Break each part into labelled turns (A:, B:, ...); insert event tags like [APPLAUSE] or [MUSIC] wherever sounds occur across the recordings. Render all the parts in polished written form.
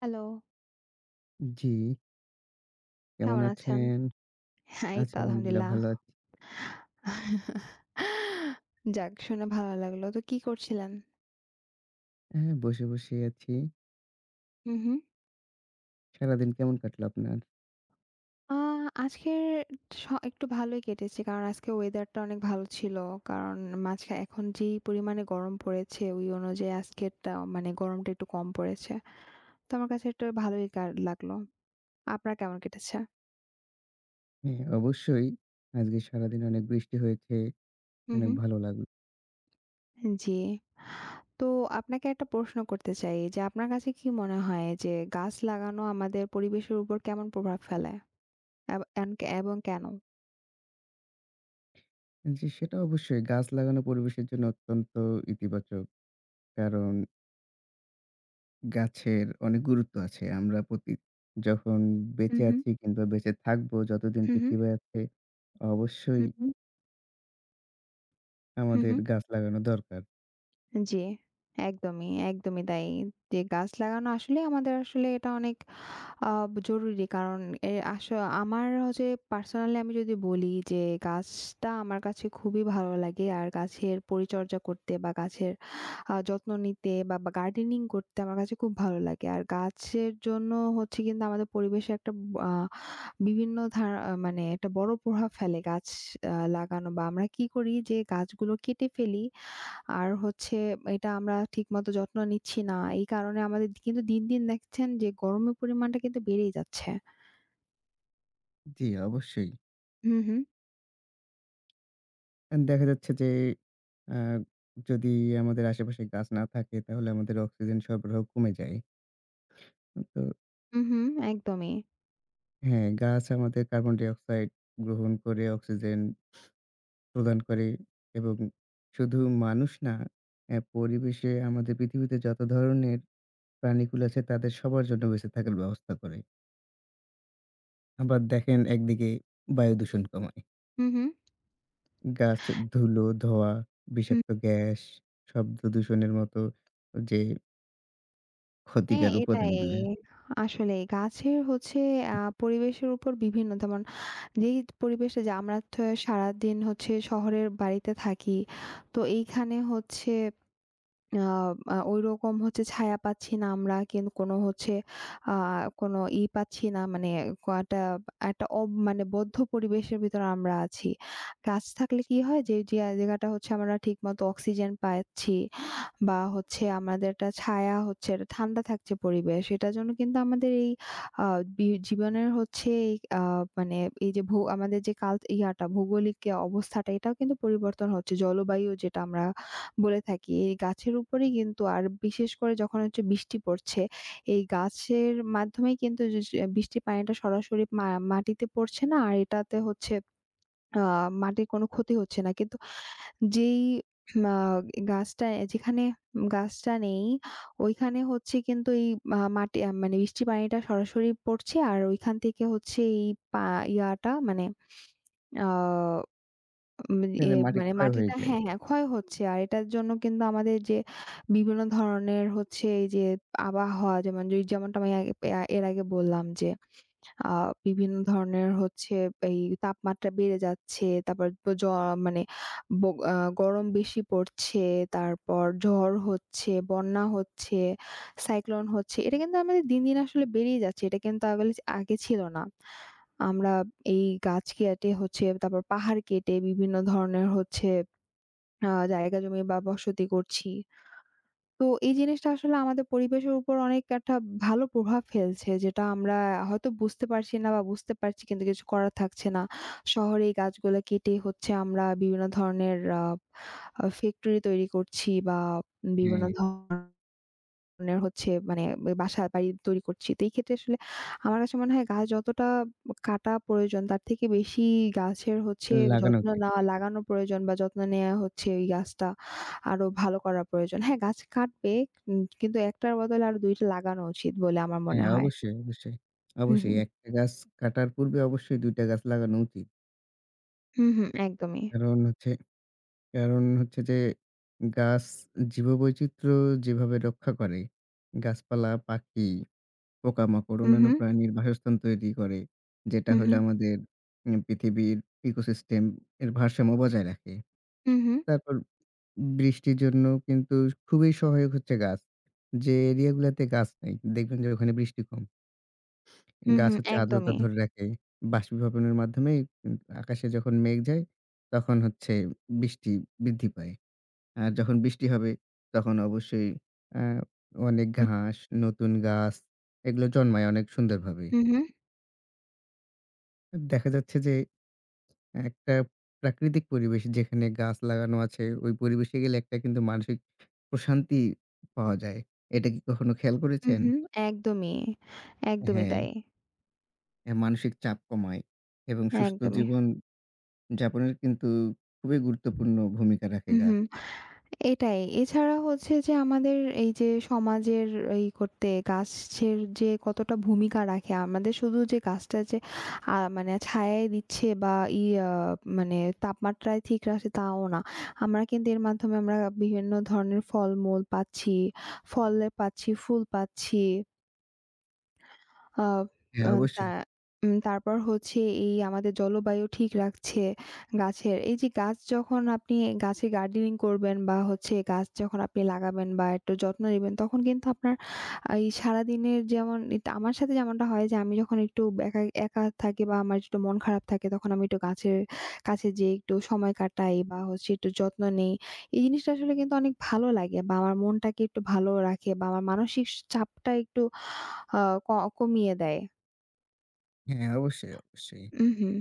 A: Hello,
B: জি, কেমন
A: কেমন আছেন?
B: আছেন?
A: হ্যাঁ, এই
B: আছি
A: তো
B: আলহামদুলিল্লাহ
A: আলহামদুলিল্লাহ।
B: ভালো আছি।
A: যাক শুনে ভালো লাগলো। তো কি করছিলেন?
B: হ্যাঁ, বসে আছি।
A: হুম, হুম।
B: সারাদিন কেমন কাটলো আপনার?
A: আ আজকের স একটু ভালোই কেটেছে। কারণ আজকে ওয়েদারটা অনেক ভালো ছিল। কারণ মাঝখানে এখন যেই পরিমাণে গরম পড়েছে ওই অনুযায়ী আজকেরটা মানে গরমটা একটু কম পড়েছে। তো আমার কাছে একটু ভালোই কার লাগলো। আপনার কেমন কেটেছে?
B: হ্যাঁ, অবশ্যই আজকে সারাদিন অনেক বৃষ্টি হয়েছে।
A: হুম,
B: অনেক
A: হুম।
B: ভালো লাগলো।
A: জি। তো আপনাকে একটা প্রশ্ন করতে চাই যে আপনার কাছে কি মনে হয় যে গাছ লাগানো আমাদের পরিবেশের উপর কেমন প্রভাব ফেলে? এব এন এবং কেন?
B: জি, সেটা অবশ্যই গাছ লাগানো পরিবেশের জন্য অত্যন্ত ইতিবাচক। কারণ গাছের অনেক গুরুত্ব আছে। আমরা প্রতি যখন
A: হু,
B: বেঁচে
A: হু,
B: আছি কিংবা বেঁচে থাকবো যতদিন
A: হু, হু,
B: পৃথিবী আছে,
A: হু,
B: অবশ্যই
A: হু, হু,
B: আমাদের
A: হু।
B: গাছ লাগানো দরকার।
A: জি, একদমই, একদমই তাই। যে গাছ লাগানো আসলে আমাদের আসলে এটা অনেক আ জরুরি কারণ এ আস আমার হচ্ছে পার্সোনালি আমি যদি বলি যে গাছটা আমার কাছে খুবই ভালো লাগে আর গাছের পরিচর্যা করতে বা গাছের যত্ন নিতে বা গার্ডেনিং করতে আমার কাছে খুব ভালো লাগে। আর গাছের জন্য হচ্ছে কিন্তু আমাদের পরিবেশে একটা আ বিভিন্ন ধা মানে একটা বড় প্রভাব ফেলে গাছ লাগানো বা আমরা কি করি যে গাছগুলো কেটে ফেলি। আর হচ্ছে এটা আমরা ঠিকমতো যত্ন নিচ্ছি না। এই কারণে আমাদের কিন্তু দিন, দিন দেখছেন যে গরমের পরিমাণটা কিন্তু বেড়েই যাচ্ছে।
B: জি, অবশ্যই।
A: হু, হু।
B: অ্যান্ড দেখা যাচ্ছে যে আ যদি আমাদের আশেপাশে গাছ না থাকে তাহলে আমাদের অক্সিজেন সরবরাহ কমে যায়। তো
A: হু, হু, একদমই।
B: হ্যাঁ, গাছ আমাদের কার্বন ডাই অক্সাইড গ্রহণ করে অক্সিজেন প্রদান করে এবং শুধু মানুষ না, পরিবেশে আমাদের পৃথিবীতে যত ধরনের প্রাণীকুল আছে তাদের সবার জন্য বেঁচে থাকার ব্যবস্থা করে। আবার দেখেন একদিকে বায়ু দূষণ কমায়।
A: হু, হু।
B: গাছ ধুলো, ধোঁয়া,
A: হুম।
B: বিষাক্ত গ্যাস, শব্দ দূষণের মতো যে
A: হ্যাঁ,
B: ক্ষতিকর
A: এটাই।
B: উপাদানগুলো
A: আসলে গাছের হচ্ছে আ পরিবেশের উপর বিভিন্ন যেমন যেই পরিবেশে যে আমরা সারাদিন হচ্ছে শহরের বাড়িতে থাকি। তো এইখানে হচ্ছে আ আ ঐরকম হচ্ছে ছায়া পাচ্ছি না আমরা। কিন্তু কোনো হচ্ছে আ কোনো ই পাচ্ছি না। মানে ক একটা একটা অব মানে বদ্ধ পরিবেশের ভিতরে আমরা আছি। গাছ থাকলে কি হয় যে যে জায়গাটা হচ্ছে আমরা ঠিকমতো অক্সিজেন পাচ্ছি বা হচ্ছে আমাদের একটা ছায়া হচ্ছে একটা ঠান্ডা থাকছে পরিবেশ। এটার জন্য কিন্তু আমাদের এই আ বি জীবনের হচ্ছে এই আ মানে এই যে আমাদের যে কাল ইয়াটা ভৌগোলিক অবস্থাটা এটাও কিন্তু পরিবর্তন হচ্ছে। জলবায়ু যেটা আমরা বলে থাকি। এই গাছের উপরেই কিন্তু আর বিশেষ করে যখন হচ্ছে বৃষ্টি পড়ছে, এই গাছের মাধ্যমেই কিন্তু যে সে বৃষ্টির পানিটা সরাসরি মাটিতে পড়ছে না। আর এটাতে হচ্ছে আ মাটির কোনো ক্ষতি হচ্ছে না। কিন্তু যেই আ গাছটা যেখানে গাছটা নেই ওইখানে হচ্ছে কিন্তু এই মাটি মানে বৃষ্টির পানিটা সরাসরি পড়ছে। আর ওইখান থেকে হচ্ছে এই পা ইয়াটা মানে আ উম এ
B: এদের মাটি
A: মানে
B: ক্ষয় হয়ে
A: মাটিটা
B: যায়।
A: হ্যাঁ, হ্যাঁ ক্ষয় হচ্ছে। আর এটার জন্য কিন্তু আমাদের যে বিভিন্ন ধরনের হচ্ছে এই যে আবহাওয়া যেমন যে যেমনটা আমি আগে এর আগে বললাম যে আ বিভিন্ন ধরনের হচ্ছে এই তাপমাত্রা বেড়ে যাচ্ছে। তারপর তো মানে ব আ গরম বেশি পড়ছে, তারপর ঝড় হচ্ছে, বন্যা হচ্ছে, সাইক্লোন হচ্ছে। এটা কিন্তু আমাদের দিন, দিন আসলে বেড়েই যাচ্ছে। এটা কিন্তু আগে ছিল না। আমরা এই গাছ কেটে হচ্ছে তারপর পাহাড় কেটে বিভিন্ন ধরনের হচ্ছে আ জায়গা জমি বা বসতি করছি। তো এই জিনিসটা আসলে আমাদের পরিবেশের উপর অনেক একটা ভালো প্রভাব ফেলছে যেটা আমরা হয়তো বুঝতে পারছি না বা বুঝতে পারছি কিন্তু কিছু করার থাকছে না। শহরে এই গাছগুলো কেটে হচ্ছে আমরা বিভিন্ন ধরনের আ আ ফ্যাক্টরি তৈরি করছি বা বিভিন্ন
B: হ্যাঁ,
A: ধরনের ধরনের হচ্ছে মানে বাসা বাড়ি তৈরি করছি। তো এই ক্ষেত্রে আসলে আমার কাছে মনে হয় গাছ যতটা কাটা প্রয়োজন তার থেকে বেশি গাছের হচ্ছে
B: লাগানো
A: যত্ন
B: উচিত।
A: নেওয়া, লাগানো প্রয়োজন বা যত্ন নেয়া হচ্ছে ওই গাছটা আরো ভালো করা প্রয়োজন। হ্যাঁ, গাছ কাটবে কিন্তু একটার বদলে আরো ২ টা লাগানো উচিত বলে আমার মনে
B: হ্যাঁ,
A: হয়।
B: অবশ্যই, অবশ্যই,
A: হুম,
B: অবশ্যই।
A: হুম।
B: একটা গাছ কাটার পূর্বে অবশ্যই ২ টা গাছ লাগানো উচিত।
A: হুম, হুম, একদমই।
B: কারণ হচ্ছে কারণ হচ্ছে যে গাছ জীববৈচিত্র্য যেভাবে রক্ষা করে, গাছপালা, পাখি, পোকামাকড়,
A: হুম,
B: অন্যান্য
A: হুম,
B: প্রাণীর বাসস্থান তৈরি করে, যেটা
A: হুম,
B: হইলো
A: হুম,
B: আমাদের পৃথিবীর ইকোসিস্টেম এর ভারসাম্য বজায় রাখে।
A: হুম, হুম,
B: তারপর বৃষ্টির জন্য কিন্তু খুবই সহায়ক হচ্ছে গাছ। যে এরিয়া গুলাতে গাছ নাই, দেখবেন যে ওখানে বৃষ্টি কম।
A: হুম,
B: গাছ
A: হুম,
B: হচ্ছে আর্দ্রতা
A: একদমই।
B: ধরে রাখে। বাষ্পীভবনের মাধ্যমেই উম আকাশে যখন মেঘ যায়, তখন হচ্ছে বৃষ্টি বৃদ্ধি পায়। আর যখন বৃষ্টি হবে, তখন অবশ্যই আ অনেক
A: হুম,
B: ঘাস, নতুন গাছ এগুলো জন্মায় অনেক সুন্দরভাবে।
A: হুম, হুম,
B: দেখা যাচ্ছে যে একটা প্রাকৃতিক পরিবেশ যেখানে গাছ লাগানো আছে, ওই পরিবেশে গেলে একটা কিন্তু মানসিক প্রশান্তি পাওয়া যায়। এটা কি কখনো খেয়াল
A: হুম,
B: করেছেন?
A: হুম, একদমই, একদমই
B: হ্যাঁ,
A: তাই।
B: মানসিক চাপ কমায় এবং সুস্থ
A: একদমই।
B: জীবন যাপনের কিন্তু খুবই গুরুত্বপূর্ণ ভূমিকা রাখে
A: হুম,
B: গাছ।
A: হুম। এটাই। এছাড়া হচ্ছে যে আমাদের এই যে সমাজের এই করতে গাছের যে কতটা ভূমিকা রাখে আমাদের শুধু যে গাছটা যে মানে ছায়াই দিচ্ছে বা ই আ মানে তাপমাত্রায় ঠিক রাখছে তাও না। আমরা কিন্তু এর মাধ্যমে আমরা বিভিন্ন ধরনের ফলমূল পাচ্ছি, ফলে পাচ্ছি, ফুল পাচ্ছি। আ
B: হ্যাঁ,
A: আ তা
B: অবশ্যই।
A: উম তারপর হচ্ছে এই আমাদের জলবায়ু ঠিক রাখছে গাছের। এই যে গাছ যখন আপনি গাছে গার্ডেনিং করবেন বা হচ্ছে গাছ যখন আপনি লাগাবেন বা একটু যত্ন নিবেন তখন কিন্তু আপনার এই সারাদিনের যেমন এটা আমার সাথে যেমনটা হয় যে আমি যখন একটু একা, একা থাকি বা আমার একটু মন খারাপ থাকে তখন আমি একটু গাছের কাছে যেয়ে একটু সময় কাটাই বা হচ্ছে একটু যত্ন নেই। এই জিনিসটা আসলে কিন্তু অনেক ভালো লাগে বা আমার মনটাকে একটু ভালো রাখে বা আমার মানসিক চাপটা একটু আ ক কমিয়ে দেয়।
B: হ্যাঁ, অবশ্যই।
A: উম হুম।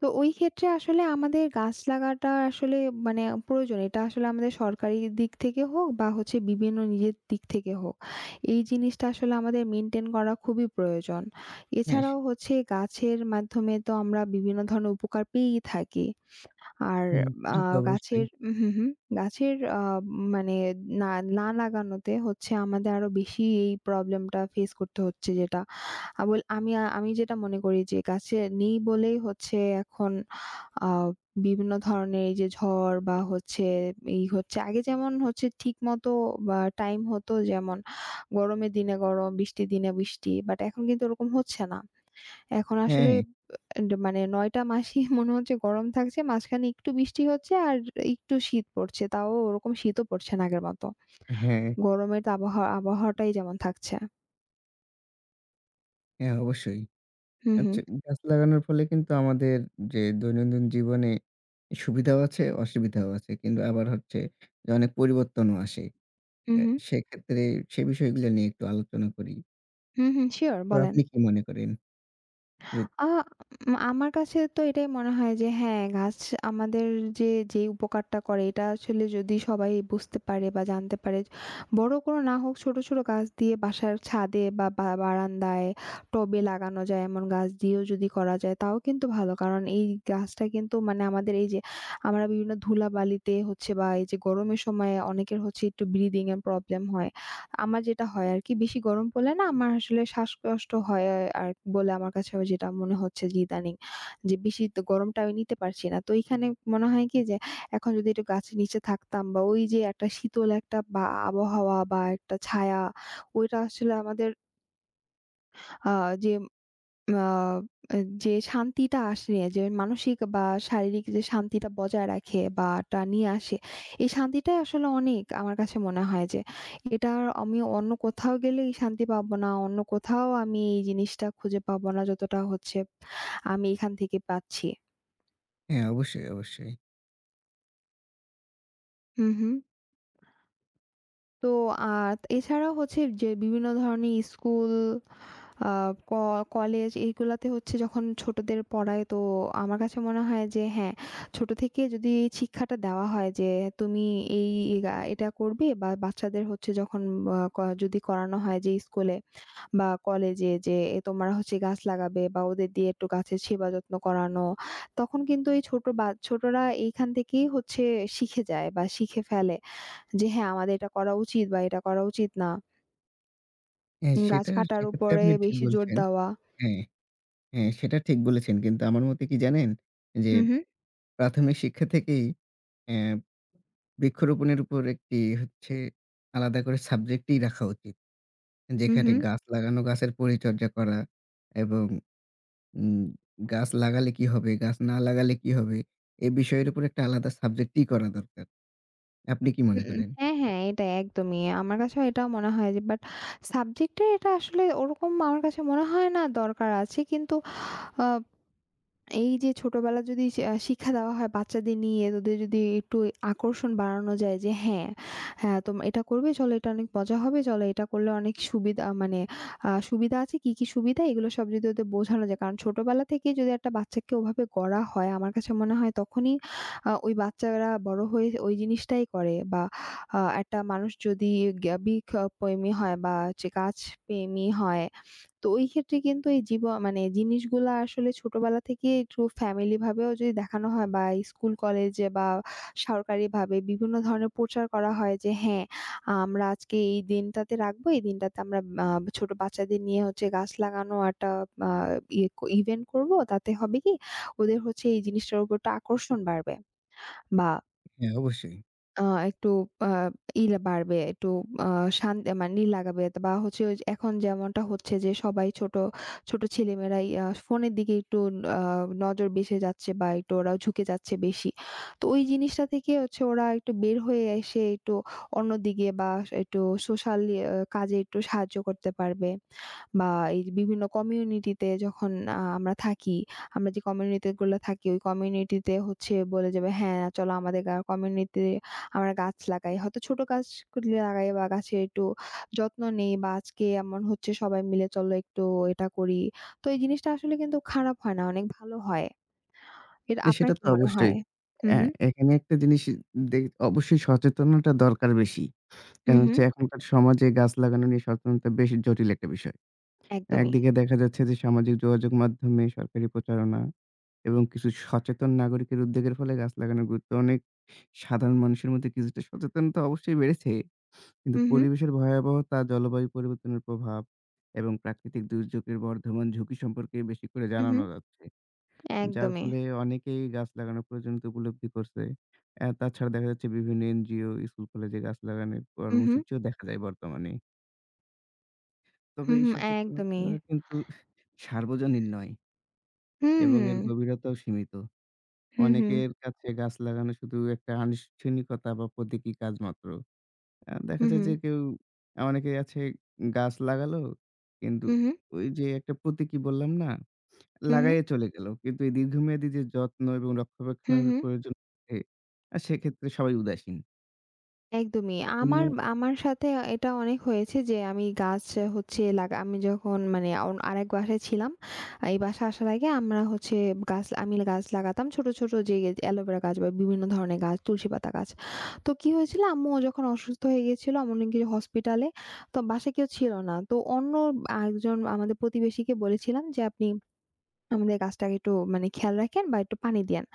A: তো ওই ক্ষেত্রে আসলে আমাদের গাছ লাগাটা আসলে মানে প্রয়োজন। এটা আসলে আমাদের সরকারি দিক থেকে হোক বা হচ্ছে বিভিন্ন নিজের দিক থেকে হোক। এই জিনিসটা আসলে আমাদের মেইনটেইন করা খুবই প্রয়োজন।
B: হ্যাঁ,
A: এছাড়াও হচ্ছে গাছের মাধ্যমে তো আমরা বিভিন্ন ধরনের উপকার পেয়েই থাকি। আর
B: হুম,
A: আ
B: সেটা তো অবশ্যই।
A: গাছের উম, হুম, হুম। গাছের মানে না, না লাগানোতে হচ্ছে আমাদের আরো বেশি এই প্রবলেমটা ফেস করতে হচ্ছে যেটা আবল আমি আমি যেটা মনে করি যে গাছে নেই বলেই হচ্ছে এখন আ বিভিন্ন ধরনের এই যে ঝড় বা হচ্ছে এই হচ্ছে আগে যেমন হচ্ছে ঠিকমতো বা টাইম হতো যেমন গরমের দিনে গরম, বৃষ্টির দিনে বৃষ্টি। বাট এখন কিন্তু ওরকম হচ্ছে না। এখন আসলে
B: হ্যাঁ,
A: এন্ড মানে ৯ টা মাসই [LAUGHS] মনে হচ্ছে গরম থাকছে। মাঝখানে একটু বৃষ্টি হচ্ছে আর একটু শীত পড়ছে। তাও ওরকম শীতও পড়ছে না আগের মতো।
B: হ্যাঁ,
A: গরমের তো আবহাওয়াটাই যেমন থাকছে।
B: হ্যাঁ, অবশ্যই।
A: হু, হু।
B: আচ্ছা, গাছ লাগানোর ফলে কিন্তু আমাদের যে দৈনন্দিন জীবনে সুবিধাও আছে, অসুবিধাও আছে। কিন্তু আবার হচ্ছে যে অনেক পরিবর্তনও আসে।
A: হু, হু।
B: সেক্ষেত্রে সে বিষয়গুলো নিয়ে একটু আলোচনা করি।
A: হু, হু। সিউর
B: তো
A: বলেন।
B: আপনি কি মনে করেন? যে
A: আ উম আমার কাছে তো এটাই মনে হয় যে হ্যাঁ, গাছ আমাদের যে, যে উপকারটা করে এটা আসলে যদি সবাই বুঝতে পারে বা জানতে পারে, বড় কোনো না হোক ছোট, ছোট গাছ দিয়ে বাসার ছাদে বা বা বারান্দায় টবে লাগানো যায় এমন গাছ দিয়েও যদি করা যায় তাও কিন্তু ভালো। কারণ এই গাছটা কিন্তু মানে আমাদের এই যে আমরা বিভিন্ন ধুলাবালিতে হচ্ছে বা এই যে গরমের সময় অনেকের হচ্ছে একটু ব্রিদিং এর প্রবলেম হয়। আমার যেটা হয় আরকি বেশি গরম পড়লে না আমার আসলে শ্বাসকষ্ট হয় আর বলে আমার কাছে যেটা মনে হচ্ছে যে ইদানিং যে বেশি তো গরমটা আমি নিতে পারছি না। তো এইখানে মনে হয় কি যে এখন যদি একটু গাছের নিচে থাকতাম বা ওই যে একটা শীতল একটা বা আবহাওয়া বা একটা ছায়া ওইটা আসলে আমাদের আ যে আ যে শান্তিটা আসে যে মানসিক বা শারীরিক যে শান্তিটা বজায় রাখে বা টা নিয়ে আসে, এই শান্তিটাই আসলে অনেক আমার কাছে মনে হয় যে এটা আর আমি অন্য কোথাও গেলে এই শান্তি পাবো না। অন্য কোথাও আমি এই জিনিসটা খুঁজে পাবো না যতটা হচ্ছে আমি এখান থেকে পাচ্ছি।
B: হ্যাঁ, অবশ্যই।
A: হু, হু। তো আর এছাড়াও হচ্ছে যে বিভিন্ন ধরনের স্কুল আ ক কলেজ এইগুলাতে হচ্ছে যখন ছোটদের পড়ায় তো আমার কাছে মনে হয় যে হ্যাঁ, ছোট থেকে যদি এই শিক্ষাটা দেওয়া হয় যে তুমি এই এটা করবে বা বাচ্চাদের হচ্ছে যখন আ ক যদি করানো হয় যে স্কুলে বা কলেজে যে তোমরা হচ্ছে গাছ লাগাবে বা ওদের দিয়ে একটু গাছের সেবা যত্ন করানো। তখন কিন্তু এই ছোট বা ছোটরা এইখান থেকেই হচ্ছে শিখে যায় বা শিখে ফেলে যে হ্যাঁ, আমাদের এটা করা উচিত বা এটা করা উচিত না।
B: হ্যাঁ,
A: গাছ
B: সেটা
A: কাটার
B: সেক্ষেত্রে
A: উপরে
B: আপনি ঠিক
A: বেশি জোর
B: বলছেন।
A: দেওয়া।
B: হ্যাঁ। হ্যাঁ, সেটা ঠিক বলেছেন। কিন্তু আমার মতে কি জানেন? যে
A: হু, হু।
B: প্রাথমিক শিক্ষা থেকেই অ্যা বৃক্ষরোপণের উপর একটি হচ্ছে আলাদা করে সাবজেক্টই রাখা উচিত।
A: হুম,
B: যেখানে
A: হুম।
B: গাছ লাগানো, গাছের পরিচর্যা করা এবং উম গাছ লাগালে কি হবে, গাছ না লাগালে কি হবে? এ বিষয়ের উপর একটা আলাদা সাবজেক্টই করা দরকার। আপনি কি মনে করেন?
A: হ্যাঁ, হ্যাঁ, এটা একদমই। আমার কাছেও এটা মনে হয় যে বাট সাবজেক্টের এটা আসলে ওরকম আমার কাছে মনে হয় না দরকার আছে। কিন্তু আ এই যে ছোটবেলায় যদি শি আ শিক্ষা দেওয়া হয় বাচ্চাদের নিয়ে ওদের যদি একটু আকর্ষণ বাড়ানো যায় যে হ্যাঁ, তোম এটা করবে, চলো এটা অনেক মজা হবে, চলো এটা করলে অনেক সুবিধা মানে সুবিধা আছে, কি, কি সুবিধা এগুলো সব যদি ওদের বোঝানো যায়। কারণ ছোটবেলা থেকেই যদি একটা বাচ্চাকে ওভাবে গড়া হয় আমার কাছে মনে হয় তখনই ওই বাচ্চারা বড় হয়ে ওই জিনিসটাই করে বা একটা মানুষ যদি জ্ঞাবিক আহ, প্রেমী হয় বা হচ্ছে কাজ প্রেমী হয় তো ওই ক্ষেত্রে কিন্তু এই জীব মানে জিনিসগুলা আসলে ছোটবেলা থেকেই একটু ফ্যামিলি ভাবেও যদি দেখানো হয় বা স্কুল কলেজে বা সরকারিভাবে বিভিন্ন ধরনের প্রচার করা হয় যে হ্যাঁ, আমরা আজকে এই দিনটাতে রাখবো। এই দিনটাতে আমরা আ ছোট বাচ্চাদের নিয়ে হচ্ছে গাছ লাগানো একটা আ ইয়ে ইভেন্ট করব। তাতে হবে কি ওদের হচ্ছে এই জিনিসটার উপর একটা আকর্ষণ বাড়বে বা
B: হ্যাঁ, অবশ্যই।
A: আ একটু আ ই বাড়বে, একটু আ শান মানে ই লাগাবে বা হচ্ছে ওই যে এখন যেমনটা হচ্ছে যে সবাই ছোট, ছোট ছেলেমেয়েরাই ফোনের দিকে একটু আ নজর বেশি যাচ্ছে বা একটু ওরাও ঝুঁকে যাচ্ছে বেশি। তো ওই জিনিসটা থেকে হচ্ছে ওরা একটু বের হয়ে এসে একটু অন্যদিকে বা একটু সোশ্যাল কাজে একটু সাহায্য করতে পারবে। বা এই যে বিভিন্ন কমিউনিটিতে যখন আমরা থাকি, আমরা যে কমিউনিটিগুলো থাকি ওই কমিউনিটিতে হচ্ছে বলে যাবে, "হ্যাঁ, চলো আমাদের কমিউনিটিতে আমরা গাছ লাগাই।" হয়তো ছোট গাছ গুলি লাগাই বা গাছের একটু যত্ন নেই বা আজকে এমন হচ্ছে সবাই মিলে চলো একটু এটা করি। তো এই জিনিসটা আসলে কিন্তু খারাপ হয় না, অনেক ভালো হয়। এটা
B: না
A: আপনার
B: সেটা
A: কি
B: তো
A: মনে
B: অবশ্যই।
A: হয়? হু,
B: অ্যা
A: হু,
B: এখানে একটা জিনিস দে অবশ্যই সচেতনতা দরকার বেশি।
A: হু,
B: কারণ
A: হু,
B: হচ্ছে এখনকার সমাজে গাছ লাগানো নিয়ে সচেতনতা বেশ জটিল একটা বিষয়।
A: একদমই।
B: একদিকে দেখা যাচ্ছে যে সামাজিক যোগাযোগ মাধ্যমে সরকারি প্রচারণা এবং কিছু সচেতন নাগরিকের উদ্যোগের ফলে গাছ লাগানোর গুরুত্ব অনেক সাধারণ মানুষের মধ্যে কিছুটা সচেতনতা অবশ্যই বেড়েছে। কিন্তু
A: হু, হু,
B: পরিবেশের ভয়াবহতা, জলবায়ু পরিবর্তনের প্রভাব এবং প্রাকৃতিক দুর্যোগের বর্ধমান ঝুঁকি সম্পর্কে বেশি করে
A: হু, হু,
B: জানানো যাচ্ছে। যার
A: একদমই।
B: ফলে অনেকেই গাছ লাগানোর প্রয়োজনীয়তা উপলব্ধি করছে। তাছাড়া দেখা যাচ্ছে বিভিন্ন এনজিও, স্কুল, কলেজে গাছ লাগানোর
A: হু, হু,
B: কর্মসূচিও দেখা যায় বর্তমানে। তবে
A: হু,
B: এই
A: হু,
B: সচেতনতা
A: একদমই।
B: কিন্তু সার্বজনীন নয়
A: হু,
B: এবং
A: হু,
B: এর গভীরতাও সীমিত।
A: হু, হু,
B: অনেকের কাছে গাছ লাগানো শুধু একটা আনুষ্ঠানিকতা বা প্রতীকী কাজ মাত্র। দেখা যায়
A: হু,
B: যে কেউ আ অনেকে আছে গাছ লাগালো কিন্তু
A: হু, হু।
B: ওই যে একটা প্রতীকী বললাম না?
A: হুম, হুম।
B: লাগাইয়া চলে গেল। কিন্তু এই দীর্ঘমেয়াদী যে যত্ন এবং
A: হুম,
B: রক্ষণাবেক্ষণের
A: হুম।
B: প্রয়োজন থাকে, সেক্ষেত্রে সবাই উদাসীন।
A: একদমই।
B: জন্য
A: আমার আমার সাথে এটা অনেক হয়েছে যে আমি গাছ হচ্ছে আমি যখন মানে আরেক বাসায় ছিলাম। এই বাসায় আসার আগে আমরা হচ্ছে আমি গাছ লাগাতাম ছোট, ছোট যে অ্যালোভেরা গাছ বা বিভিন্ন ধরনের গাছ, তুলসী পাতা গাছ। তো কি হয়েছিল আম্মু যখন অসুস্থ হয়ে গিয়েছিল আম্মু নাকি হসপিটালে। তো বাসায় কেউ ছিল না। তো অন্য আরেকজন আমাদের প্রতিবেশীকে বলেছিলাম যে, "আপনি আমাদের গাছটাকে একটু মানে খেয়াল রাখেন বা একটু পানি দিয়েন।"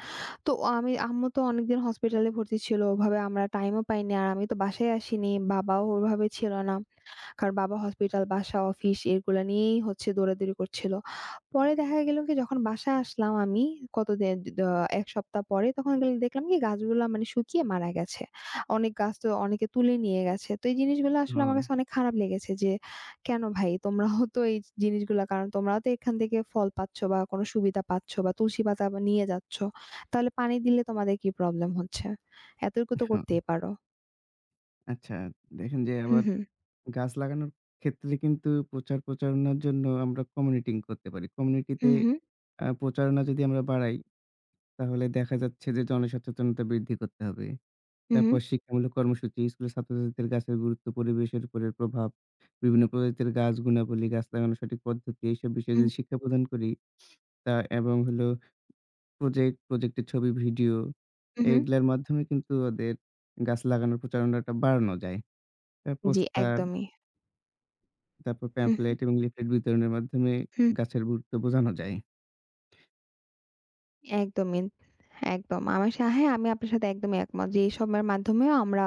A: তো আম্মু তো অনেকদিন হসপিটালে ভর্তি ছিল। ওভাবে আমরা টাইমও পাইনি। আর আমি তো বাসায় আসিনি। বাবাও ওভাবে ছিল না। কারণ বাবা হসপিটাল, বাসা, অফিস এগুলা নিয়েই হচ্ছে দৌড়াদৌড়ি করছিল। পরে দেখা গেল কি যখন বাসায় আসলাম আমি কতদিন দ ১ সপ্তাহ পরে তখন গেল দেখলাম কি গাছগুলা মানে শুকিয়ে মারা গেছে। অনেক গাছ তো অনেকে তুলে নিয়ে গেছে। তো এই জিনিসগুলো
B: হ
A: আসলে আমার কাছে অনেক খারাপ লেগেছে যে, "কেন ভাই তোমরাও তো এই জিনিসগুলা কারণ তোমরাও তো এখান থেকে ফল পাচ্ছ বা কোনো সুবিধা পাচ্ছ বা তুলসী পাতা বা নিয়ে যাচ্ছ। তাহলে পানি দিলে তোমাদের কি প্রবলেম হচ্ছে? এতটুকু তো
B: হ্যাঁ,
A: করতেই পারো।"
B: আচ্ছা দেখেন যে
A: হু,
B: আবার
A: হু।
B: গাছ লাগানোর ক্ষেত্রে কিন্তু প্রচারণার জন্য আমরা কমিউনিটিং করতে পারি।
A: হু,
B: কমিউনিটিতে
A: হু।
B: প্রচারণা যদি আমরা বাড়াই, তাহলে দেখা যাচ্ছে যে জনসচেতনতা বৃদ্ধি করতে হবে।
A: হু, হু।
B: তারপর শিক্ষামূলক কর্মসূচি, স্কুলের ছাত্রছাত্রীদের গাছের গুরুত্ব, পরিবেশের উপরের প্রভাব, বিভিন্ন প্রজাতির গাছ গুণাবলী, গাছ লাগানোর সঠিক পদ্ধতি, এইসব বিষয়ে যদি শিক্ষা প্রদান করি, তা এবং হলো প্রজেক্টের ছবি, ভিডিও
A: হু, হু।
B: এগুলার মাধ্যমে কিন্তু ওদের গাছ লাগানোর প্রচারণাটা বাড়ানো যায়। তার
A: জি,
B: পোস্টার
A: একদমই।
B: তারপর প্যামফ্লেট
A: হু,
B: এবং লিফলেট বিতরণের মাধ্যমে
A: হু।
B: গাছের গুরুত্ব বোঝানো যায়।
A: একদমই, একদম। আমার সা হ্যাঁ, আমি আপনার সাথে একদমই একমত যে এসবের মাধ্যমেও আমরা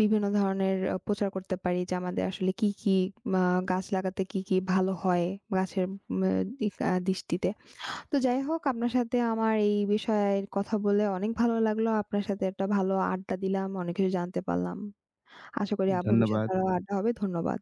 A: বিভিন্ন ধরনের প্রচার করতে পারি যে আমাদের আসলে কি, কি আ গাছ লাগাতে কি, কি ভালো হয় গাছের মে দিক দৃষ্টিতে। তো যাই হোক আপনার সাথে আমার এই বিষয়ে কথা বলে অনেক ভালো লাগলো। আপনার সাথে একটা ভালো আড্ডা দিলাম। অনেক কিছু জানতে পারলাম। আশা করি ভবিষ্যতে
B: ধন্যবাদ।
A: আরো আড্ডা হবে। ধন্যবাদ।